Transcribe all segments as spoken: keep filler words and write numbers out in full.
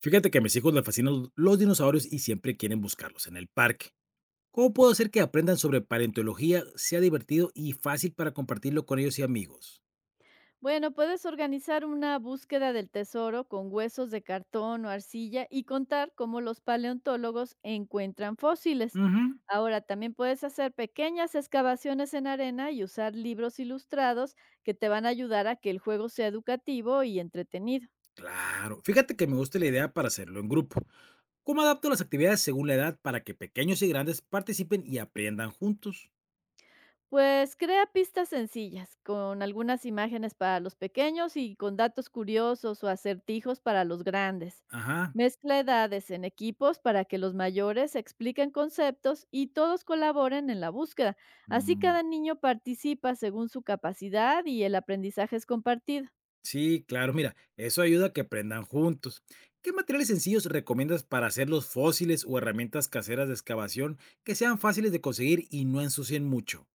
Fíjate que a mis hijos les fascinan los dinosaurios y siempre quieren buscarlos en el parque. ¿Cómo puedo hacer que aprendan sobre paleontología sea divertido y fácil para compartirlo con ellos y amigos? Bueno, puedes organizar una búsqueda del tesoro con huesos de cartón o arcilla y contar cómo los paleontólogos encuentran fósiles. Ujú. Ahora, también puedes hacer pequeñas excavaciones en arena y usar libros ilustrados que te van a ayudar a que el juego sea educativo y entretenido. Claro, fíjate que me gusta la idea para hacerlo en grupo. ¿Cómo adapto las actividades según la edad para que pequeños y grandes participen y aprendan juntos? Pues crea pistas sencillas, con algunas imágenes para los pequeños y con datos curiosos o acertijos para los grandes. Ajá. Mezcla edades en equipos para que los mayores expliquen conceptos y todos colaboren en la búsqueda. Así Mm. cada niño participa según su capacidad y el aprendizaje es compartido. Sí, claro, mira, eso ayuda a que aprendan juntos. ¿Qué materiales sencillos recomiendas para hacer los fósiles o herramientas caseras de excavación que sean fáciles de conseguir y no ensucien mucho?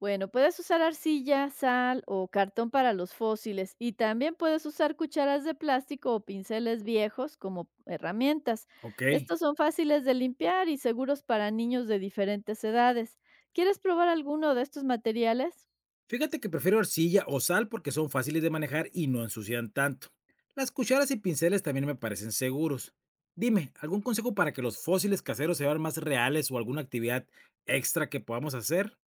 Bueno, puedes usar arcilla, sal o cartón para los fósiles y también puedes usar cucharas de plástico o pinceles viejos como herramientas. Ok. Estos son fáciles de limpiar y seguros para niños de diferentes edades. ¿Quieres probar alguno de estos materiales? Fíjate que prefiero arcilla o sal porque son fáciles de manejar y no ensucian tanto. Las cucharas y pinceles también me parecen seguros. Dime, ¿algún consejo para que los fósiles caseros se vean más reales o alguna actividad extra que podamos hacer?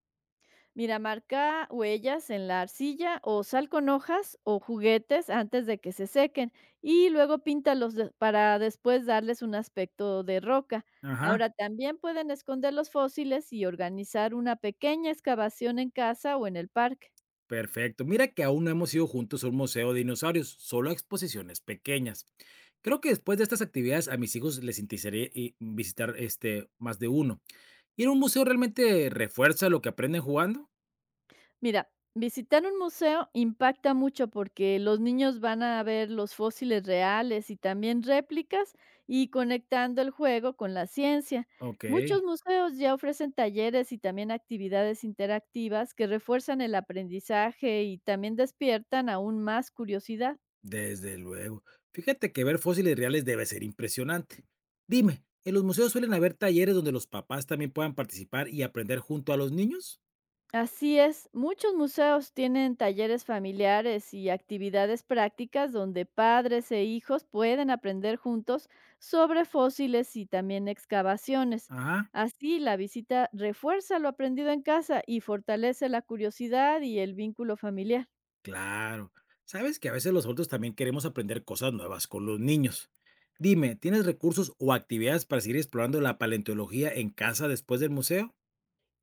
Mira, marca huellas en la arcilla o sal con hojas o juguetes antes de que se sequen y luego píntalos de- para después darles un aspecto de roca. Ajá. Ahora también pueden esconder los fósiles y organizar una pequeña excavación en casa o en el parque. Perfecto. Mira que aún no hemos ido juntos a un museo de dinosaurios, solo a exposiciones pequeñas. Creo que después de estas actividades a mis hijos les interesaría i- visitar este más de uno. ¿Ir a un museo realmente refuerza lo que aprenden jugando? Mira, visitar un museo impacta mucho porque los niños van a ver los fósiles reales y también réplicas y conectando el juego con la ciencia. Ok, Muchos museos ya ofrecen talleres y también actividades interactivas que refuerzan el aprendizaje y también despiertan aún más curiosidad. desde luego. Fíjate que ver fósiles reales debe ser impresionante. Dime, ¿en los museos suelen haber talleres donde los papás también puedan participar y aprender junto a los niños? Así es, muchos museos tienen talleres familiares y actividades prácticas donde padres e hijos pueden aprender juntos sobre fósiles y también excavaciones. Ajá. Así, la visita refuerza lo aprendido en casa y fortalece la curiosidad y el vínculo familiar. Claro. Sabes que a veces los adultos también queremos aprender cosas nuevas con los niños. Dime, ¿tienes recursos o actividades para seguir explorando la paleontología en casa después del museo?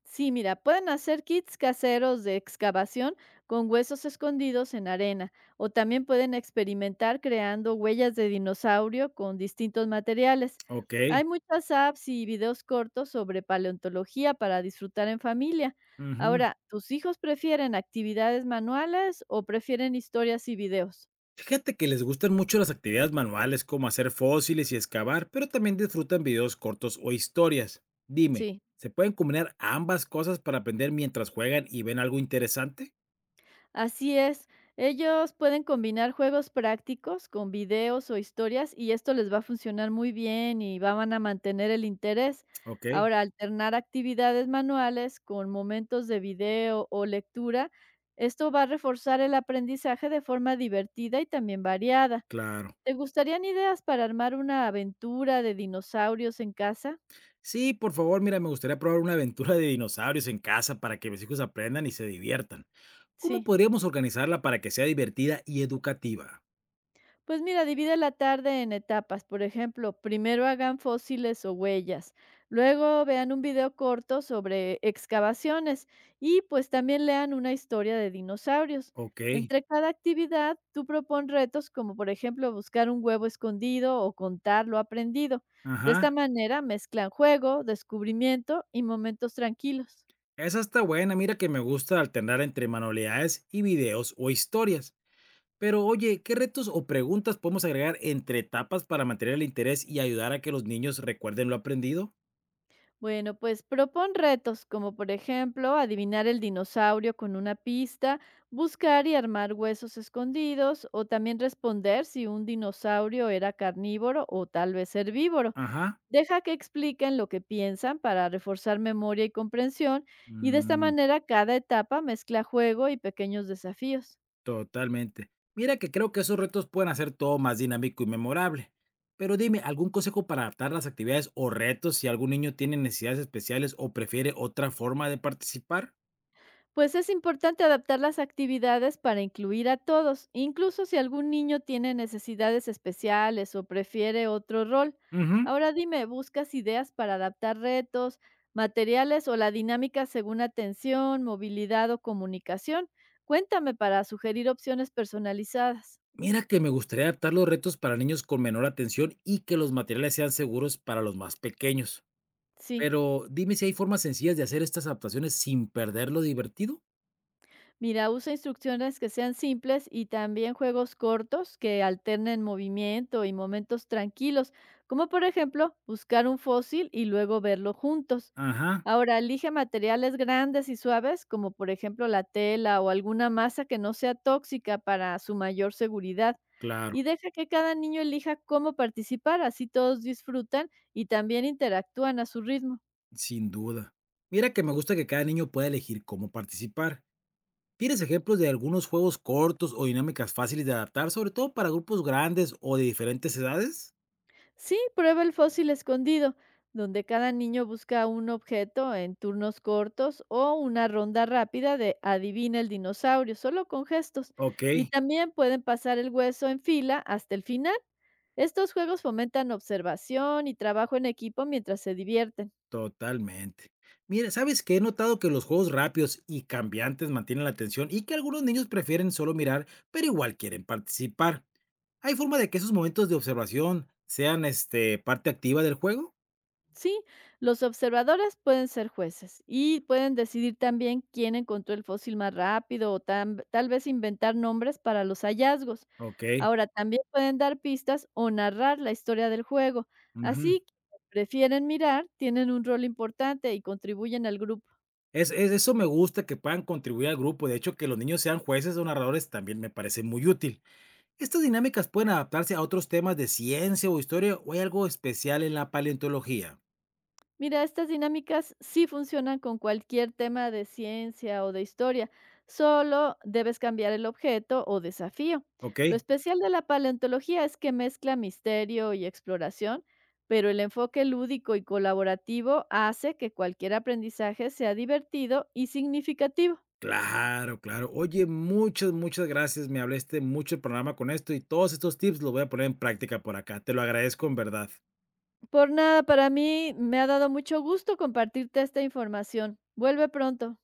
Sí, mira, pueden hacer kits caseros de excavación con huesos escondidos en arena o también pueden experimentar creando huellas de dinosaurio con distintos materiales. Ok. Hay muchas apps y videos cortos sobre paleontología para disfrutar en familia. Ujú. Ahora, ¿tus hijos prefieren actividades manuales o prefieren historias y videos? Fíjate que les gustan mucho las actividades manuales como hacer fósiles y excavar, pero también disfrutan videos cortos o historias. Dime, Sí. ¿se pueden combinar ambas cosas para aprender mientras juegan y ven algo interesante? Así es, ellos pueden combinar juegos prácticos con videos o historias y esto les va a funcionar muy bien y va- van a mantener el interés. Ok, Ahora, alternar actividades manuales con momentos de video o lectura, esto va a reforzar el aprendizaje de forma divertida y también variada. claro. ¿Te gustarían ideas para armar una aventura de dinosaurios en casa? Sí, por favor, mira, me gustaría probar una aventura de dinosaurios en casa para que mis hijos aprendan y se diviertan. ¿Cómo Sí. podríamos organizarla para que sea divertida y educativa? Pues mira, divide la tarde en etapas. Por ejemplo, primero hagan fósiles o huellas, luego vean un video corto sobre excavaciones y pues también lean una historia de dinosaurios. Ok, Entre cada actividad, tú propon retos como por ejemplo buscar un huevo escondido o contar lo aprendido. De ajá. esta manera mezclan juego, descubrimiento y momentos tranquilos. Esa está buena, mira que me gusta alternar entre manualidades y videos o historias. Pero oye, ¿qué retos o preguntas podemos agregar entre etapas para mantener el interés y ayudar a que los niños recuerden lo aprendido? Bueno, pues propon retos, como por ejemplo adivinar el dinosaurio con una pista, buscar y armar huesos escondidos, o también responder si un dinosaurio era carnívoro o tal vez herbívoro. Ajá. Deja que expliquen lo que piensan para reforzar memoria y comprensión, y de esta manera cada etapa mezcla juego y pequeños desafíos. Totalmente. Mira que creo que esos retos pueden hacer todo más dinámico y memorable. Pero dime, ¿algún consejo para adaptar las actividades o retos si algún niño tiene necesidades especiales o prefiere otra forma de participar? Pues es importante adaptar las actividades para incluir a todos, incluso si algún niño tiene necesidades especiales o prefiere otro rol. Ujú. Ahora dime, ¿buscas ideas para adaptar retos, materiales o la dinámica según atención, movilidad o comunicación? Cuéntame para sugerir opciones personalizadas. Mira que me gustaría adaptar los retos para niños con menor atención y que los materiales sean seguros para los más pequeños. Sí. Pero dime si hay formas sencillas de hacer estas adaptaciones sin perder lo divertido. Mira, usa instrucciones que sean simples y también juegos cortos que alternen movimiento y momentos tranquilos, como por ejemplo buscar un fósil y luego verlo juntos. Ajá, Ahora, elige materiales grandes y suaves, como por ejemplo la tela o alguna masa que no sea tóxica para su mayor seguridad. Y claro, deja que cada niño elija cómo participar, así todos disfrutan y también interactúan a su ritmo. sin duda. Mira que me gusta que cada niño pueda elegir cómo participar. ¿Tienes ejemplos de algunos juegos cortos o dinámicas fáciles de adaptar, sobre todo para grupos grandes o de diferentes edades? Sí, prueba el fósil escondido, donde cada niño busca un objeto en turnos cortos o una ronda rápida de adivina el dinosaurio, solo con gestos. Ok, Y también pueden pasar el hueso en fila hasta el final. Estos juegos fomentan observación y trabajo en equipo mientras se divierten. totalmente. Mira, ¿sabes qué? He notado que los juegos rápidos y cambiantes mantienen la atención y que algunos niños prefieren solo mirar, pero igual quieren participar. ¿Hay forma de que esos momentos de observación sean este, parte activa del juego? Sí, los observadores pueden ser jueces y pueden decidir también quién encontró el fósil más rápido o tam- tal vez inventar nombres para los hallazgos. Ok. Ahora, también pueden dar pistas o narrar la historia del juego. Ujú. Así, que prefieren mirar, tienen un rol importante y contribuyen al grupo. Es, es- eso me gusta que puedan contribuir al grupo. De hecho, que los niños sean jueces o narradores también me parece muy útil. ¿Estas dinámicas pueden adaptarse a otros temas de ciencia o historia o hay algo especial en la paleontología? Mira, estas dinámicas sí funcionan con cualquier tema de ciencia o de historia, solo debes cambiar el objeto o desafío. Ok, Lo especial de la paleontología es que mezcla misterio y exploración, pero el enfoque lúdico y colaborativo hace que cualquier aprendizaje sea divertido y significativo. claro, claro. Oye, muchas, muchas gracias. Me hablaste mucho el programa con esto y todos estos tips los voy a poner en práctica por acá. Te lo agradezco en verdad. Por nada, para mí me ha dado mucho gusto compartirte esta información. Vuelve pronto.